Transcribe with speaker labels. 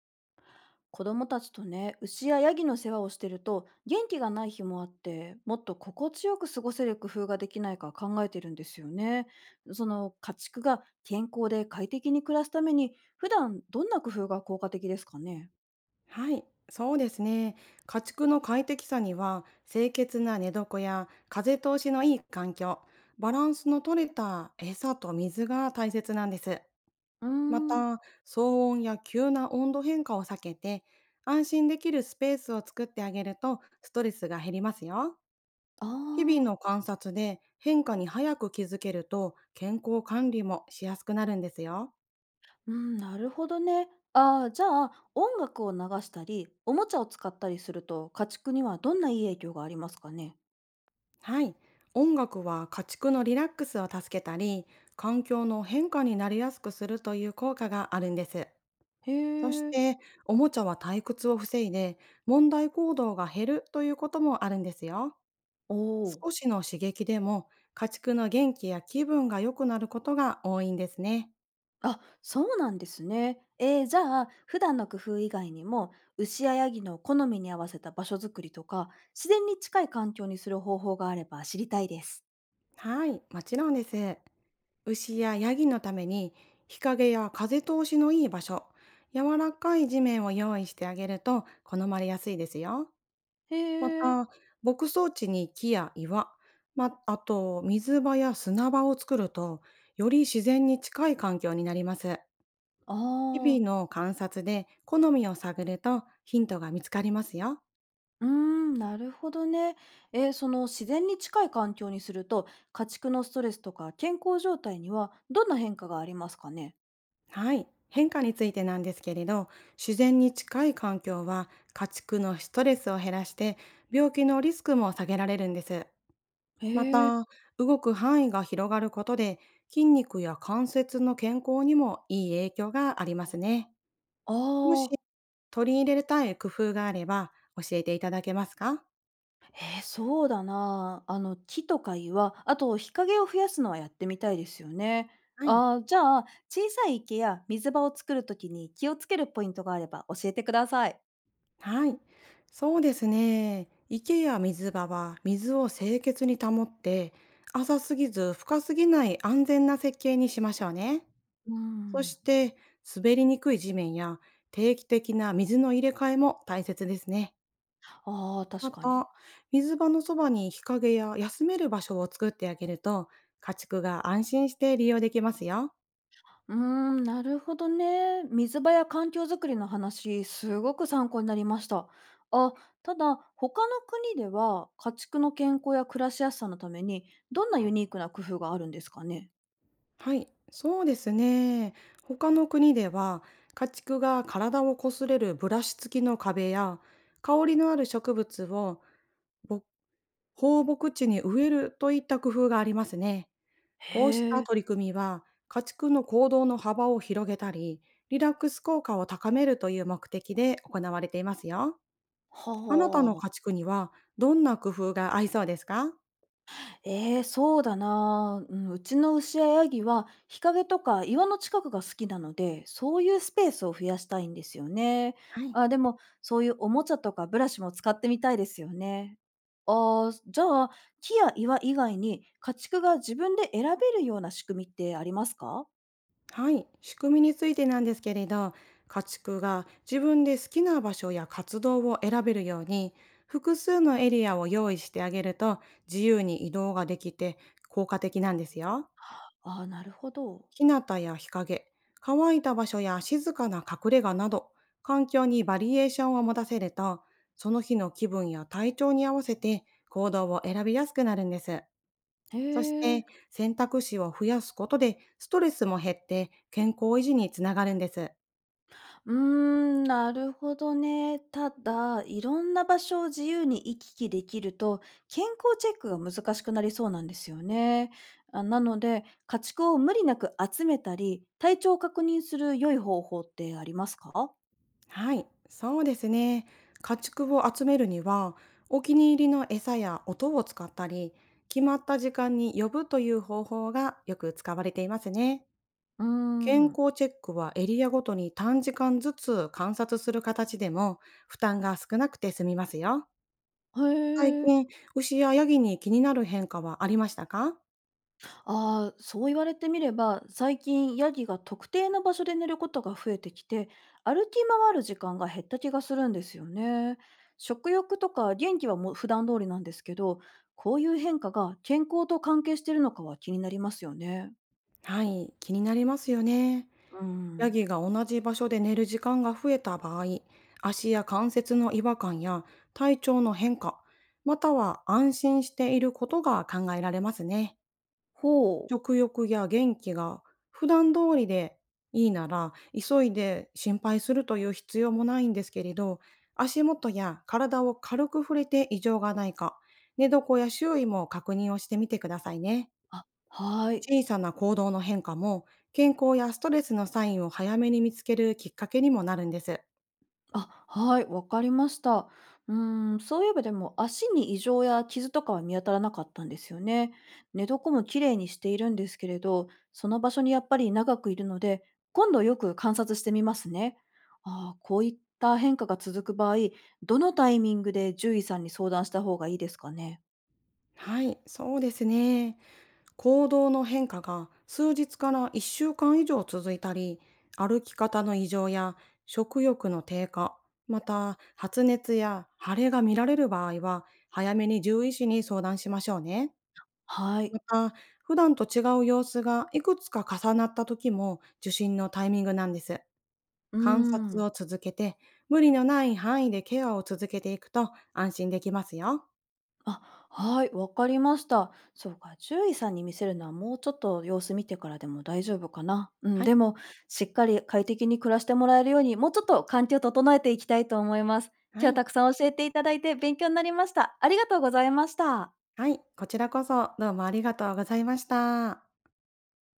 Speaker 1: 子供たちとね、牛やヤギの世話をしてると、元気がない日もあって、もっと心地よく過ごせる工夫ができないか考えてるんですよね。その家畜が健康で快適に暮らすために、普段どんな工夫が効果的ですかね？
Speaker 2: はい、そうですね。家畜の快適さには、清潔な寝床や風通しのいい環境、バランスの取れた餌と水が大切なんです。
Speaker 1: うー
Speaker 2: ま
Speaker 1: ん、
Speaker 2: た、騒音や急な温度変化を避けて、安心できるスペースを作ってあげるとストレスが減りますよ。
Speaker 1: あ
Speaker 2: 日々の
Speaker 1: あ、
Speaker 2: 観察で変化に早く気づけると健康管理もしやすくなるんですよ。
Speaker 1: うん、なるほどね。ああ、じゃあ音楽を流したり、おもちゃを使ったりすると、家畜にはどんないい影響がありますかね？
Speaker 2: はい。音楽は家畜のリラックスを助けたり、環境の変化になりやすくするという効果があるんです。
Speaker 1: へ
Speaker 2: そし
Speaker 1: え、
Speaker 2: て、おもちゃは退屈を防いで、問題行動が減るということもあるんですよ。
Speaker 1: おお。
Speaker 2: 少しの刺激でも、家畜の元気や気分が良くなることが多いんですね。
Speaker 1: あ、そうなんですね。じゃあ、普段の工夫以外にも、牛やヤギの好みに合わせた場所づくりとか、自然に近い環境にする方法があれば知りたいです。
Speaker 2: はい、もちろんです。牛やヤギのために、日陰や風通しのいい場所、柔らかい地面を用意してあげると好まれやすいですよ。
Speaker 1: へ
Speaker 2: ま
Speaker 1: え、
Speaker 2: た、牧草地に木や岩、あと水場や砂場を作ると、より自然に近い環境になります。
Speaker 1: あ
Speaker 2: 日
Speaker 1: あ、
Speaker 2: 々の観察で好みを探るとヒントが見つかりますよ。
Speaker 1: なるほどね。その自然に近い環境にすると、家畜のストレスとか健康状態にはどんな変化がありますかね？
Speaker 2: はい。変化についてなんですけれど、自然に近い環境は家畜のストレスを減らして病気のリスクも下げられるんです。
Speaker 1: へ
Speaker 2: ま
Speaker 1: え。
Speaker 2: た、動く範囲が広がることで筋肉や関節の健康にもいい影響がありますね。
Speaker 1: ああー
Speaker 2: 取り入れたい工夫があれば教えていただけますか？
Speaker 1: そうだなあ。あの、木とか岩、あと日陰を増やすのはやってみたいですよね。
Speaker 2: はい。
Speaker 1: あーじゃあ、小さい池や水場を作るときに気をつけるポイントがあれば教えてください。
Speaker 2: はい。そうですね。池や水場は水を清潔に保って、浅すぎず深すぎない安全な設計にしましょうね。
Speaker 1: うー
Speaker 2: そし
Speaker 1: ん。
Speaker 2: て、滑りにくい地面や定期的な水の入れ替えも大切ですね。
Speaker 1: ああ、確
Speaker 2: ま
Speaker 1: かに。
Speaker 2: た、水場のそばに日陰や休める場所を作ってあげると、家畜が安心して利用できますよ。
Speaker 1: うーなるほどね。水場や環境づくりの話、すごく参考になりました。あ、ただ、他の国では家畜の健康や暮らしやすさのために、どんなユニークな工夫があるんですかね。
Speaker 2: はい、そうですね。他の国では家畜が体をこすれるブラシ付きの壁や香りのある植物をぼ放牧地に植えるといった工夫がありますね。こうし
Speaker 1: へ
Speaker 2: た
Speaker 1: え。
Speaker 2: 取り組みは家畜の行動の幅を広げたりリラックス効果を高めるという目的で行われていますよ。
Speaker 1: は
Speaker 2: あなたの家
Speaker 1: あ。
Speaker 2: 畜にはどんな工夫が合いそうですか？
Speaker 1: ええ、そうだなあ。うん、うちの牛やヤギは日陰とか岩の近くが好きなので、そういうスペースを増やしたいんですよね。
Speaker 2: はい。
Speaker 1: あ、でも、そういうおもちゃとかブラシも使ってみたいですよね。ああ、じゃあ、木や岩以外に家畜が自分で選べるような仕組みってありますか？
Speaker 2: はい、仕組みについてなんですけれど、家畜が自分で好きな場所や活動を選べるように、複数のエリアを用意してあげると自由に移動ができて効果的なんですよ。
Speaker 1: ああー、なるほど。
Speaker 2: 日向や日陰、乾いた場所や静かな隠れ家など、環境にバリエーションを持たせると、その日の気分や体調に合わせて行動を選びやすくなるんです。
Speaker 1: へ
Speaker 2: そし
Speaker 1: え。
Speaker 2: て、選択肢を増やすことでストレスも減って健康維持につながるんです。
Speaker 1: うーなるほどね。ただ、いろんな場所を自由に行き来できると、健康チェックが難しくなりそうなんですよね。あなので、家畜を無理なく集めたり、体調を確認する良い方法ってありますか？
Speaker 2: はい、そうですね。家畜を集めるには、お気に入りの餌や音を使ったり、決まった時間に呼ぶという方法がよく使われていますね。
Speaker 1: うー
Speaker 2: 健
Speaker 1: ん。
Speaker 2: 康チェックはエリアごとに短時間ずつ観察する形でも負担が少なくて済みますよ。
Speaker 1: へ
Speaker 2: 最
Speaker 1: え。
Speaker 2: 近、牛やヤギに気になる変化はありましたか？
Speaker 1: ああ、そう言われてみれば、最近ヤギが特定の場所で寝ることが増えてきて、歩き回る時間が減った気がするんですよね。食欲とか元気はもう普段通りなんですけど、こういう変化が健康と関係してるのかは気になりますよね。
Speaker 2: はい、気になりますよね。
Speaker 1: う
Speaker 2: ヤ
Speaker 1: ん。
Speaker 2: ギが同じ場所で寝る時間が増えた場合、足や関節の違和感や体調の変化、または安心していることが考えられますね。
Speaker 1: ほう。
Speaker 2: 食欲や元気が普段通りでいいなら、急いで心配するという必要もないんですけれど、足元や体を軽く触れて異常がないか、寝床や周囲も確認をしてみてくださいね。
Speaker 1: あ、はーい。
Speaker 2: 小さな行動の変化も、健康やストレスのサインを早めに見つけるきっかけにもなるんです。
Speaker 1: あ、はい、わかりました。うーん、そういえばでも足に異常や傷とかは見当たらなかったんですよね。寝床も綺麗にしているんですけれど、その場所にやっぱり長くいるので、今度よく観察してみますね。ああ、こういった変化が続く場合、どのタイミングで獣医さんに相談した方がいいですかね。
Speaker 2: はい、そうですね。行動の変化が数日から1週間以上続いたり、歩き方の異常や食欲の低下、また発熱や腫れが見られる場合は、早めに獣医師に相談しましょうね。
Speaker 1: は
Speaker 2: ま
Speaker 1: い。
Speaker 2: た、普段と違う様子がいくつか重なった時も受診のタイミングなんです。
Speaker 1: うー
Speaker 2: 観察
Speaker 1: ん。
Speaker 2: を続けて、無理のない範囲でケアを続けていくと安心できますよ。
Speaker 1: あ、はい、わかりました。そうか、獣医さんに見せるのはもうちょっと様子見てからでも大丈夫かな。うん、
Speaker 2: はい。
Speaker 1: でも、しっかり快適に暮らしてもらえるように、もうちょっと環境を整えていきたいと思います。
Speaker 2: は
Speaker 1: 今日は
Speaker 2: い。
Speaker 1: たくさん教えていただいて勉強になりました。ありがとうございました。
Speaker 2: はい。こちらこそどうもありがとうございました。